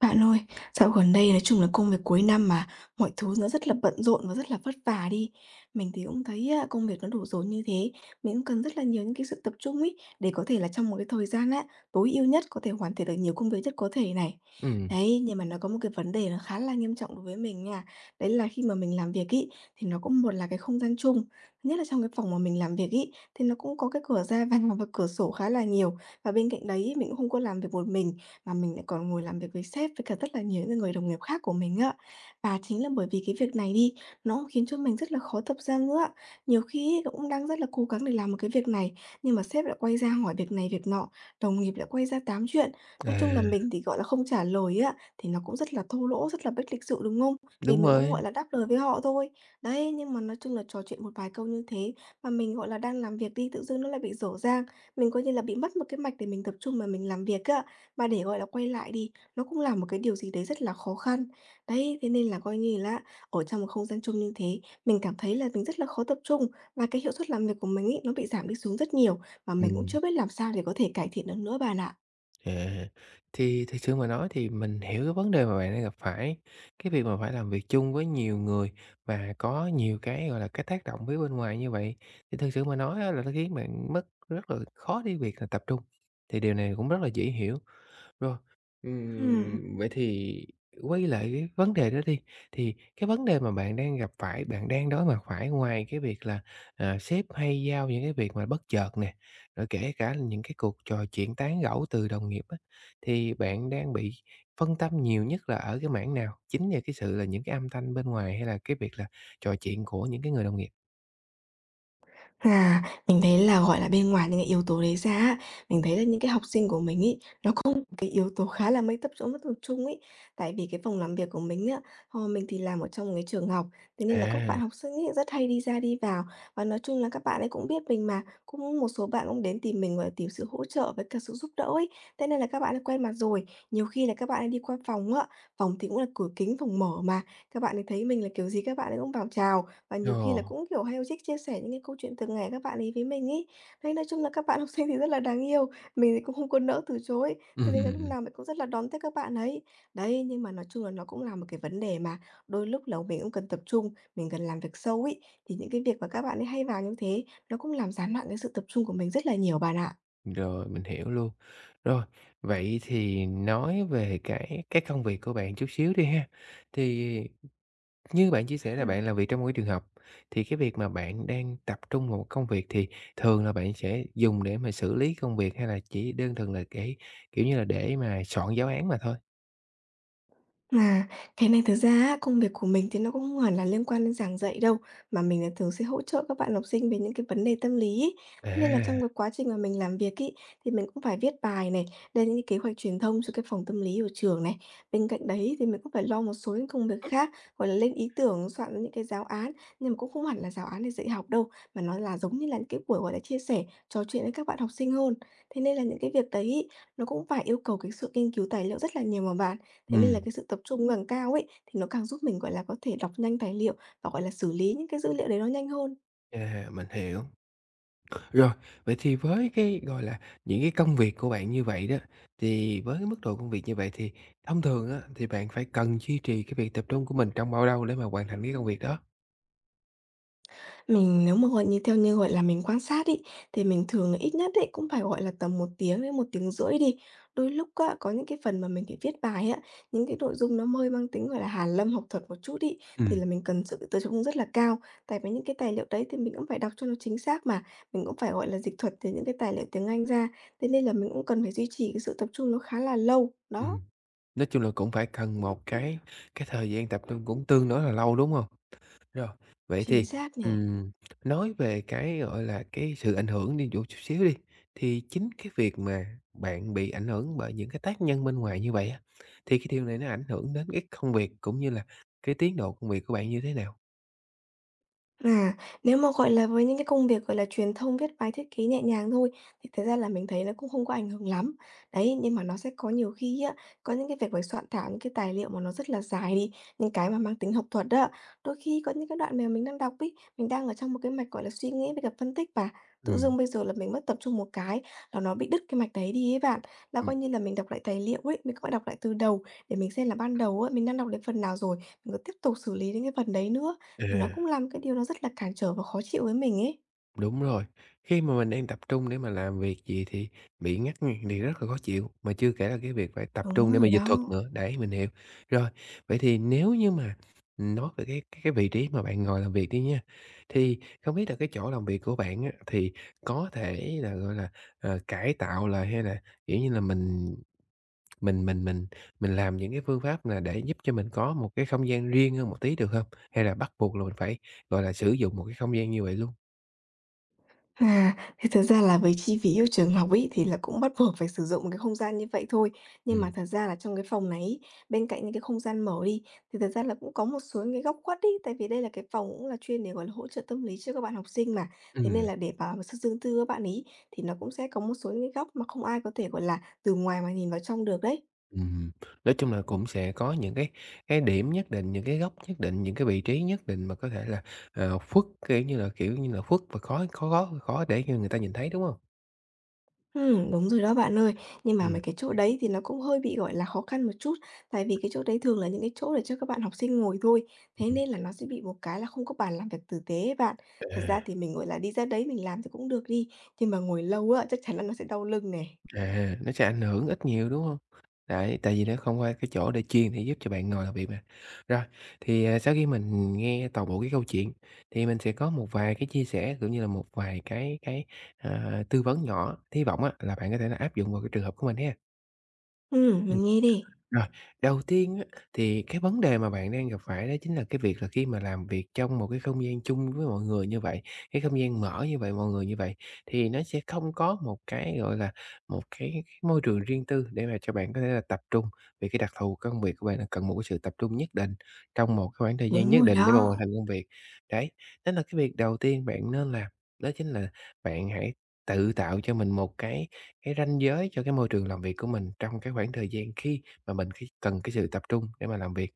Bạn ơi, dạo gần đây nói chung là công việc cuối năm mà mọi thứ nó rất là bận rộn và rất là vất vả đi. Mình thì cũng thấy á, công việc nó đổ dồn như thế, mình cũng cần rất là nhiều những cái sự tập trung ấy để có thể là trong một cái thời gian á, tối ưu nhất có thể hoàn thiện được nhiều công việc nhất có thể này. Ừm, Đấy, nhưng mà nó có một cái vấn đề nó khá là nghiêm trọng đối với mình nha. Đấy là khi mà mình làm việc ý, thì nó cũng một là cái không gian chung. Thứ nhất là trong cái phòng mà mình làm việc ý, thì nó cũng có cái cửa ra vào và cửa sổ khá là nhiều. Và bên cạnh đấy ý, mình cũng không có làm việc một mình mà mình lại còn ngồi làm việc với sếp với cả rất là nhiều những người đồng nghiệp khác của mình á. Và chính là bởi vì cái việc này đi, nó cũng khiến cho mình rất là khó tập trung nữa ạ. Nhiều khi cũng đang rất là cố gắng để làm một cái việc này, nhưng mà sếp lại quay ra hỏi việc này việc nọ, đồng nghiệp lại quay ra tám chuyện. Nói à, chung là mình thì, gọi là, không trả lời á, thì nó cũng rất là thô lỗ, rất là bất lịch sự, đúng không? Thì đúng mình cũng, rồi, gọi là, đáp lời với họ thôi. Đấy, nhưng mà nói chung là trò chuyện một vài câu như thế mà mình, gọi là, đang làm việc đi, tự dưng nó lại bị rổ dang, mình coi như là bị mất một cái mạch để mình tập trung mà mình làm việc á. Mà để, gọi là, quay lại đi, nó cũng là một cái điều gì đấy rất là khó khăn. Đấy, thế nên là coi như là ở trong một không gian chung như thế, mình cảm thấy là mình rất là khó tập trung và cái hiệu suất làm việc của mình ấy, nó bị giảm đi xuống rất nhiều, và mình cũng ừm, chưa biết làm sao để có thể cải thiện được nữa bạn ạ. à, thì thực sự mà nói thì mình hiểu cái vấn đề mà bạn đang gặp phải. Cái việc mà phải làm việc chung với nhiều người và có nhiều cái, gọi là, cái tác động phía bên ngoài như vậy, thì thực sự mà nói á là nó khiến bạn mất rất là khó đi việc là tập trung, thì điều này cũng rất là dễ hiểu. Rồi. Ừm. Vậy thì quay lại cái vấn đề đó đi, thì cái vấn đề mà bạn đang gặp phải, bạn đang đối mặt phải ngoài cái việc là, sếp hay giao những cái việc mà bất chợt nè, rồi kể cả là những cái cuộc trò chuyện tán gẫu từ đồng nghiệp á, thì bạn đang bị phân tâm nhiều nhất là ở cái mảng nào? Chính nhờ cái sự là những cái âm thanh bên ngoài hay là cái việc là trò chuyện của những cái người đồng nghiệp? À, mình thấy là, gọi là, bên ngoài những cái yếu tố đấy ra á, mình thấy là những cái học sinh của mình ấy, nó có một cái yếu tố khá là mất tập trung ấy. Tại vì cái phòng làm việc của mình á, mình thì làm ở trong một cái trường học, thế nên là các À. bạn học sinh ấy rất hay đi ra đi vào. Và nói chung là các bạn ấy cũng biết mình mà, cũng một số bạn cũng đến tìm mình, gọi là, tìm sự hỗ trợ với cả sự giúp đỡ ấy, thế nên là các bạn ấy quen mặt rồi. Nhiều khi là các bạn ấy đi qua phòng á, phòng thì cũng là cửa kính, phòng mở mà, các bạn ấy thấy mình là kiểu gì các bạn ấy cũng vào chào, và nhiều khi là Ồ. cũng, kiểu, hay thích chia sẻ những cái câu chuyện thường ngày các bạn ấy với mình ấy. Đấy, nói chung là các bạn học sinh thì rất là đáng yêu, mình thì cũng không có nỡ từ chối, thế nên là lúc nào mình cũng rất là đón tiếp các bạn ấy. Đấy, nhưng mà nói chung là nó cũng là một cái vấn đề mà đôi lúc là mình cũng cần tập trung, mình cần làm việc sâu ấy, thì những cái việc mà các bạn ấy hay vào như thế, nó cũng làm gián đoạn cái sự tập trung của mình rất là nhiều bạn ạ. Rồi, mình hiểu luôn. Rồi, vậy thì nói về cái công việc của bạn chút xíu đi ha. Thì như bạn chia sẻ là bạn làm việc trong một cái trường học, thì cái việc mà bạn đang tập trung vào một công việc thì thường là bạn sẽ dùng để mà xử lý công việc hay là chỉ đơn thuần là cái, kiểu như là, để mà soạn giáo án mà thôi? À, cái này thực ra á, công việc của mình thì nó cũng không hẳn là liên quan đến giảng dạy đâu, mà mình là thường sẽ hỗ trợ các bạn học sinh về những cái vấn đề tâm lý ấy. Thế nên là trong À. cái quá trình mà mình làm việc ấy, thì mình cũng phải viết bài này, lên những cái kế hoạch truyền thông cho cái phòng tâm lý của trường này. Bên cạnh đấy thì mình cũng phải lo một số những công việc khác, gọi là lên ý tưởng, soạn những cái giáo án, nhưng mà cũng không hẳn là giáo án để dạy học đâu, mà nó là giống như là những cái buổi gọi là chia sẻ, trò chuyện với các bạn học sinh hơn. Thế nên là những cái việc đấy ấy, nó cũng phải yêu cầu cái sự nghiên cứu tài liệu rất là nhiều mà bạn. Thế nên là Ừm. cái sự tập trung càng cao ấy, thì nó càng giúp mình, gọi là, có thể đọc nhanh tài liệu và, gọi là, xử lý những cái dữ liệu đấy nó nhanh hơn. Mình hiểu. Rồi, vậy thì với cái, gọi là, những cái công việc của bạn như vậy đó, thì với cái mức độ công việc như vậy thì thông thường á, thì bạn phải cần duy trì cái việc tập trung của mình trong bao lâu để mà hoàn thành cái công việc đó? Mình nếu mà, gọi như, theo như, gọi là, mình quan sát ấy, thì mình thường là ít nhất ấy cũng phải, gọi là, tầm một tiếng đến một tiếng rưỡi đi. Đôi lúc á, có những cái phần mà mình phải viết bài á, những cái nội dung nó hơi mang tính, gọi là, hàn lâm học thuật một chút ấy, thì Ừm, là mình cần sự tập trung rất là cao. Tại vì những cái tài liệu đấy thì mình cũng phải đọc cho nó chính xác mà, mình cũng phải, gọi là, dịch thuật từ những cái tài liệu tiếng Anh ra, thế nên là mình cũng cần phải duy trì cái sự tập trung nó khá là lâu, đó. ừm. Nói chung là cũng phải cần một cái thời gian tập trung cũng tương đối là lâu, đúng không? Rồi, vậy Chính thì, xác nè. ừm, nói về cái, gọi là, cái sự ảnh hưởng đi chút chút xíu đi, thì chính cái việc mà bạn bị ảnh hưởng bởi những cái tác nhân bên ngoài như vậy á, thì cái điều này nó ảnh hưởng đến cái công việc cũng như là cái tiến độ công việc của bạn như thế nào? À, nếu mà, gọi là, với những cái công việc, gọi là, truyền thông, viết bài, thiết kế nhẹ nhàng thôi, thì thật ra là mình thấy nó cũng không có ảnh hưởng lắm. Đấy, nhưng mà nó sẽ có nhiều khi á, có những cái việc phải soạn thảo những cái tài liệu mà nó rất là dài đi, những cái mà mang tính học thuật đó. Đôi khi có những cái đoạn mà mình đang đọc ấy, mình đang ở trong một cái mạch, gọi là, suy nghĩ với cả phân tích và tự dưng Ừm, bây giờ là mình mất tập trung một cái là nó bị đứt cái mạch đấy đi ấy bạn. Là coi ừm. như là mình đọc lại tài liệu ấy, mình cũng đọc lại từ đầu để mình xem là ban đầu á, mình đang đọc đến phần nào rồi, mình có tiếp tục xử lý đến cái phần đấy nữa. Thì nó À. cũng làm cái điều nó rất là cản trở và khó chịu với mình ấy. Đúng rồi, khi mà mình đang tập trung để mà làm việc gì thì bị ngắt ngang thì rất là khó chịu, mà chưa kể là cái việc phải tập trung Đúng để mà rồi dịch thuật đó. nữa, đấy, mình hiểu. Rồi, vậy thì nếu như mà nói về cái vị trí mà bạn ngồi làm việc đi nha, thì không biết là cái chỗ làm việc của bạn á, thì có thể là, gọi là, cải tạo lại hay là, kiểu như là, mình mình mình mình làm những cái phương pháp là để giúp cho mình có một cái không gian riêng hơn một tí được hông? Hay là bắt buộc là mình phải, gọi là, sử dụng một cái không gian như vậy luôn? À, thế thực ra là với chi phí yêu trường học ấy, thì là cũng bắt buộc phải sử dụng cái không gian như vậy thôi. Nhưng mà Ừm. thật ra là trong cái phòng này ấy, bên cạnh những cái không gian mở đi, thì thật ra là cũng có một số những cái góc khuất ấy, tại vì đây là cái phòng cũng là chuyên để, gọi là, hỗ trợ tâm lý cho các bạn học sinh mà. Thế nên Ừm. là để bảo mà sự riêng tư các bạn ấy, thì nó cũng sẽ có một số những cái góc mà không ai có thể, gọi là, từ ngoài mà nhìn vào trong được đấy. Ừm, nói chung là cũng sẽ có những cái điểm nhất định, những cái góc nhất định, những cái vị trí nhất định mà có thể là, khuất, kiểu như là, khuất và khó khó khó khó để cho người ta nhìn thấy, đúng không? Đúng rồi đó bạn ơi. Nhưng mà mấy Ừm. cái chỗ đấy thì nó cũng hơi bị, gọi là, khó khăn một chút, tại vì cái chỗ đấy thường là những cái chỗ để cho các bạn học sinh ngồi thôi, thế Ừm. nên là nó sẽ bị một cái là không có bàn làm việc tử tế ấy bạn. Thật À, ra thì mình, gọi là, đi ra đấy mình làm thì cũng được đi, nhưng mà ngồi lâu á, chắc chắn là nó sẽ đau lưng này. Nó sẽ ảnh hưởng ít nhiều, đúng không? Đấy, tại vì nó không qua cái chỗ để chuyên để giúp cho bạn ngồi làm việc mà. Rồi, thì, sau khi mình nghe toàn bộ cái câu chuyện thì mình sẽ có một vài cái chia sẻ cũng như là một vài cái, tư vấn nhỏ, hy vọng á là bạn có thể là áp dụng vào cái trường hợp của mình ha. Mình nghe đi. Rồi, đầu tiên á, thì cái vấn đề mà bạn đang gặp phải đó chính là cái việc là khi mà làm việc trong một cái không gian chung với mọi người như vậy, cái không gian mở như vậy, mọi người như vậy, thì nó sẽ không có một cái, gọi là, một cái môi trường riêng tư để mà cho bạn có thể là tập trung, vì cái đặc thù của công việc của bạn là cần một cái sự tập trung nhất định trong một cái khoảng thời gian Đúng nhất rồi định để mà hoàn đó. thành công việc. Đấy, đó là cái việc đầu tiên bạn nên làm, đó chính là bạn hãy tự tạo cho mình một cái ranh giới cho cái môi trường làm việc của mình trong cái khoảng thời gian khi mà mình cái cần cái sự tập trung để mà làm việc.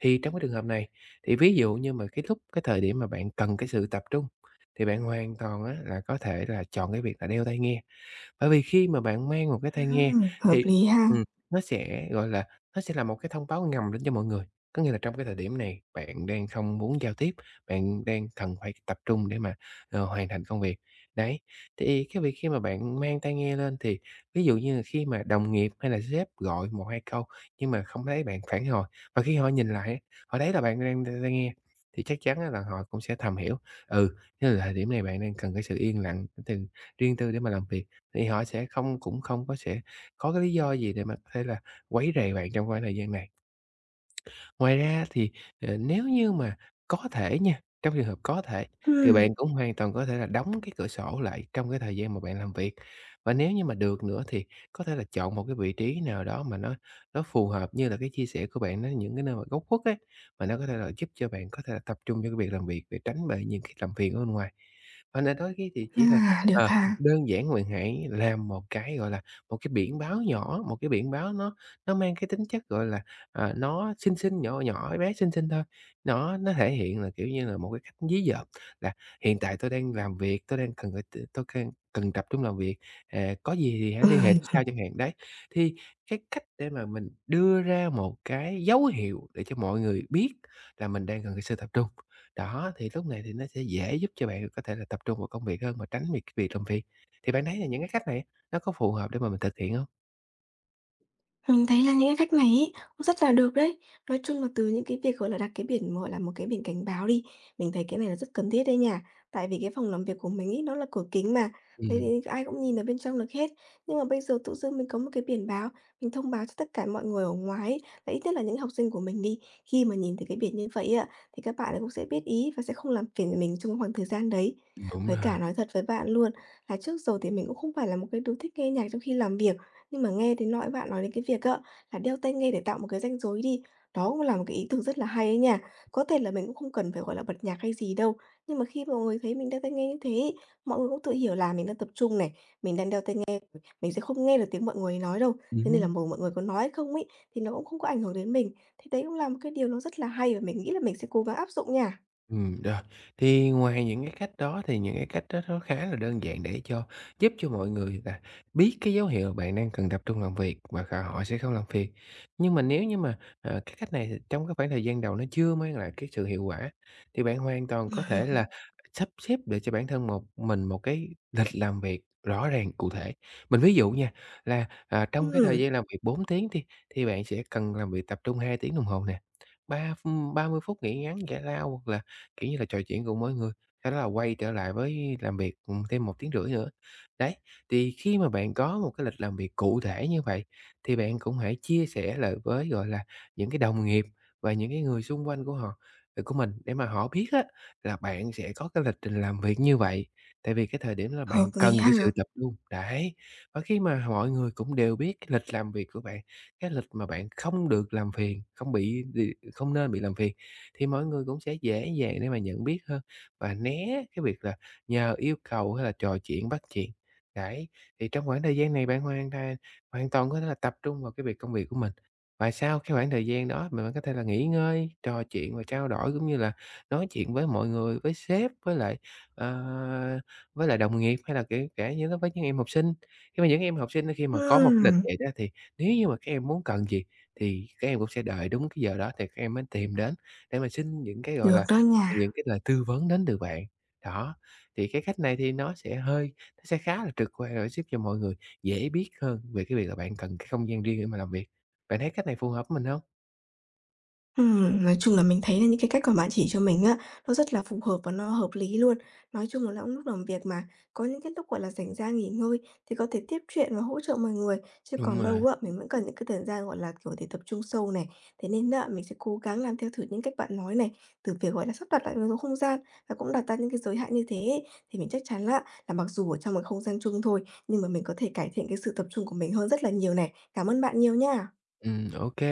Thì trong cái trường hợp này, thì ví dụ như mà cái thời điểm mà bạn cần cái sự tập trung, thì bạn hoàn toàn á là có thể là chọn cái việc là đeo tai nghe. Bởi vì khi mà bạn mang một cái tai nghe Hợp thì lý ha. ừm, nó sẽ, gọi là, nó sẽ là một cái thông báo ngầm đến cho mọi người. Có nghĩa là trong cái thời điểm này bạn đang không muốn giao tiếp, bạn đang cần phải tập trung để mà, hoàn thành công việc. Đấy, thì cái việc khi mà bạn mang tai nghe lên thì ví dụ như là khi mà đồng nghiệp hay là sếp gọi một 2 câu nhưng mà không thấy bạn phản hồi, và khi họ nhìn lại á, họ thấy là bạn đang đeo tai nghe thì chắc chắn á là họ cũng sẽ thầm hiểu, ừ, thế là thời điểm này bạn đang cần cái sự yên lặng, cái tình riêng tư để mà làm việc thì họ sẽ không cũng không có sẽ có cái lý do gì để mà có thể là quấy rầy bạn trong khoảng thời gian này. Ngoài ra thì, nếu như mà có thể nha, trong trường hợp có thể, thì Ừm, bạn cũng hoàn toàn có thể là đóng cái cửa sổ lại trong cái thời gian mà bạn làm việc. Và nếu như mà được nữa thì có thể là chọn một cái vị trí nào đó mà nó phù hợp như là cái chia sẻ của bạn, nó những cái nơi mà góc khuất ấy, mà nó có thể là giúp cho bạn có thể là tập trung cho cái việc làm việc để tránh bị những cái làm phiền ở bên ngoài. Và nên đôi khi thì chỉ là, à, được ờ, ha. đơn giản bạn hãy làm một cái, gọi là, một cái biển báo nhỏ, một cái biển báo nó mang cái tính chất, gọi là, nó xinh xinh, nhỏ nhỏ, bé xinh xinh thôi, nó thể hiện là, kiểu như là, một cái cách dí dỏm là "Hiện tại tôi đang làm việc, tôi đang cần phải t tôi can cần tập trung làm việc, có gì thì hãy liên hệ tôi Ừm. sau" chẳng hạn. Đấy, thì cái cách để mà mình đưa ra một cái dấu hiệu để cho mọi người biết là mình đang cần cái sự tập trung. Đó, thì lúc này thì nó sẽ dễ giúp cho bạn có thể là tập trung vào công việc hơn và tránh việc việc làm phiền. Thì bạn thấy là những cái cách này nó có phù hợp để mà mình thực hiện hông? Mình thấy là những cái cách này ấy, cũng rất là được đấy. Nói chung là từ những cái việc, gọi là, đặt cái biển, gọi là, một cái biển cảnh báo đi, mình thấy cái này là rất cần thiết đấy nha. Tại vì cái phòng làm việc của mình ý nó là cửa kính mà, thế Ừm, thì ai cũng nhìn ở bên trong được hết. Nhưng mà bây giờ tự dưng mình có một cái biển báo, mình thông báo cho tất cả mọi người ở ngoài ấy, là ít nhất là những học sinh của mình đi, khi mà nhìn thấy cái biển như vậy ạ thì các bạn ấy cũng sẽ biết ý và sẽ không làm phiền mình trong khoảng thời gian đấy. đúng Với rồi. cả nói thật với bạn luôn, là trước giờ thì mình cũng không phải là một cái đứa thích nghe nhạc trong khi làm việc. Nhưng mà nghe đến nỗi bạn nói đến cái việc á, là đeo tai nghe để tạo một cái ranh rối đi, đó cũng là một cái ý tưởng rất là hay ấy nha. Có thể là mình cũng không cần phải, gọi là, bật nhạc hay gì đâu, nhưng mà khi mọi người thấy mình đeo tai nghe như thế ấy, mọi người cũng tự hiểu là mình đang tập trung này, mình đang đeo tai nghe, mình sẽ không nghe được tiếng mọi người nói đâu. Thế nên là Hứm. mầu mọi người có nói hay không ấy, thì nó cũng không có ảnh hưởng đến mình. Thì đấy cũng là một cái điều nó rất là hay và mình nghĩ là mình sẽ cố gắng áp dụng nha. Rồi. Thì ngoài những cái cách đó thì những cái cách đó nó khá là đơn giản để cho giúp cho mọi người là biết cái dấu hiệu bạn đang cần tập trung làm việc và khà họ sẽ không làm phiền. Nhưng mà nếu như mà, cái cách này thì trong cái khoảng thời gian đầu nó chưa mang lại cái sự hiệu quả, thì bạn hoàn toàn có thể là sắp xếp để cho bản thân một mình một cái lịch làm việc rõ ràng, cụ thể. Mình ví dụ nha, là, trong cái thời Ừm, gian làm việc 4 tiếng thì bạn sẽ cần làm việc tập trung 2 tiếng đồng hồ nè, ba 30 phút nghỉ ngắn giải lao hoặc là kiểu như là, trò chuyện cùng mọi người, sau đó là quay trở lại với làm việc, thêm 1 tiếng rưỡi nữa. Đấy, thì khi mà bạn có một cái lịch làm việc cụ thể như vậy thì bạn cũng hãy chia sẻ lại với, gọi là, những cái đồng nghiệp và những cái người xung quanh của họ của mình để mà họ biết á là bạn sẽ có cái lịch trình làm việc như vậy, tại vì cái thời điểm đó là hợp bạn lý cần ha. cái sự tập trung. Đấy, và khi mà mọi người cũng đều biết cái lịch làm việc của bạn, cái lịch mà bạn không được làm phiền, không bị không nên bị làm phiền thì mọi người cũng sẽ dễ dàng để mà nhận biết hơn và né cái việc là nhờ yêu cầu hay là trò chuyện bắt chuyện. Đấy, thì trong khoảng thời gian này bạn hoàn toàn có thể là tập trung vào cái việc công việc của mình. Và sau cái khoảng thời gian đó mình vẫn có thể là nghỉ ngơi, trò chuyện và trao đổi cũng như là nói chuyện với mọi người, với sếp, ờ, với lại đồng nghiệp hay là kể cả như nó với những em học sinh. Khi mà những em học sinh khi mà có một cái lịch Ừm, vậy đó thì nếu như mà các em muốn cần gì thì các em cũng sẽ đợi đúng cái giờ đó thì các em mới tìm đến để mà xin những cái, gọi được là, đó những nha. cái lời tư vấn đến từ bạn. Đó, thì cái cách này thì nó sẽ hơi nó sẽ khá là trực quan rồi giúp cho mọi người dễ biết hơn về cái việc là bạn cần cái không gian riêng để mà làm việc. Bạn thấy cách này phù hợp với mình hông? Nói chung là mình thấy là những cái cách mà bạn chỉ cho mình á, nó rất là phù hợp và nó hợp lý luôn. Nói chung là nó cũng lúc làm việc mà, có những cái lúc, gọi là, rảnh ra nghỉ ngơi thì có thể tiếp chuyện và hỗ trợ mọi người, chứ Đúng còn rồi. đâu á, mình vẫn cần những cái thời gian, gọi là, kiểu, để tập trung sâu này. Thế nên á, mình sẽ cố gắng làm theo thử những cách bạn nói này, từ việc, gọi là, sắp đặt lại một số không gian và cũng đặt ra những cái giới hạn như thế ấy, thì mình chắc chắn á, là mặc dù ở trong một không gian chung thôi, nhưng mà mình có thể cải thiện cái sự tập trung của mình hơn rất là nhiều này. Cảm ơn bạn nhiều nha. OK.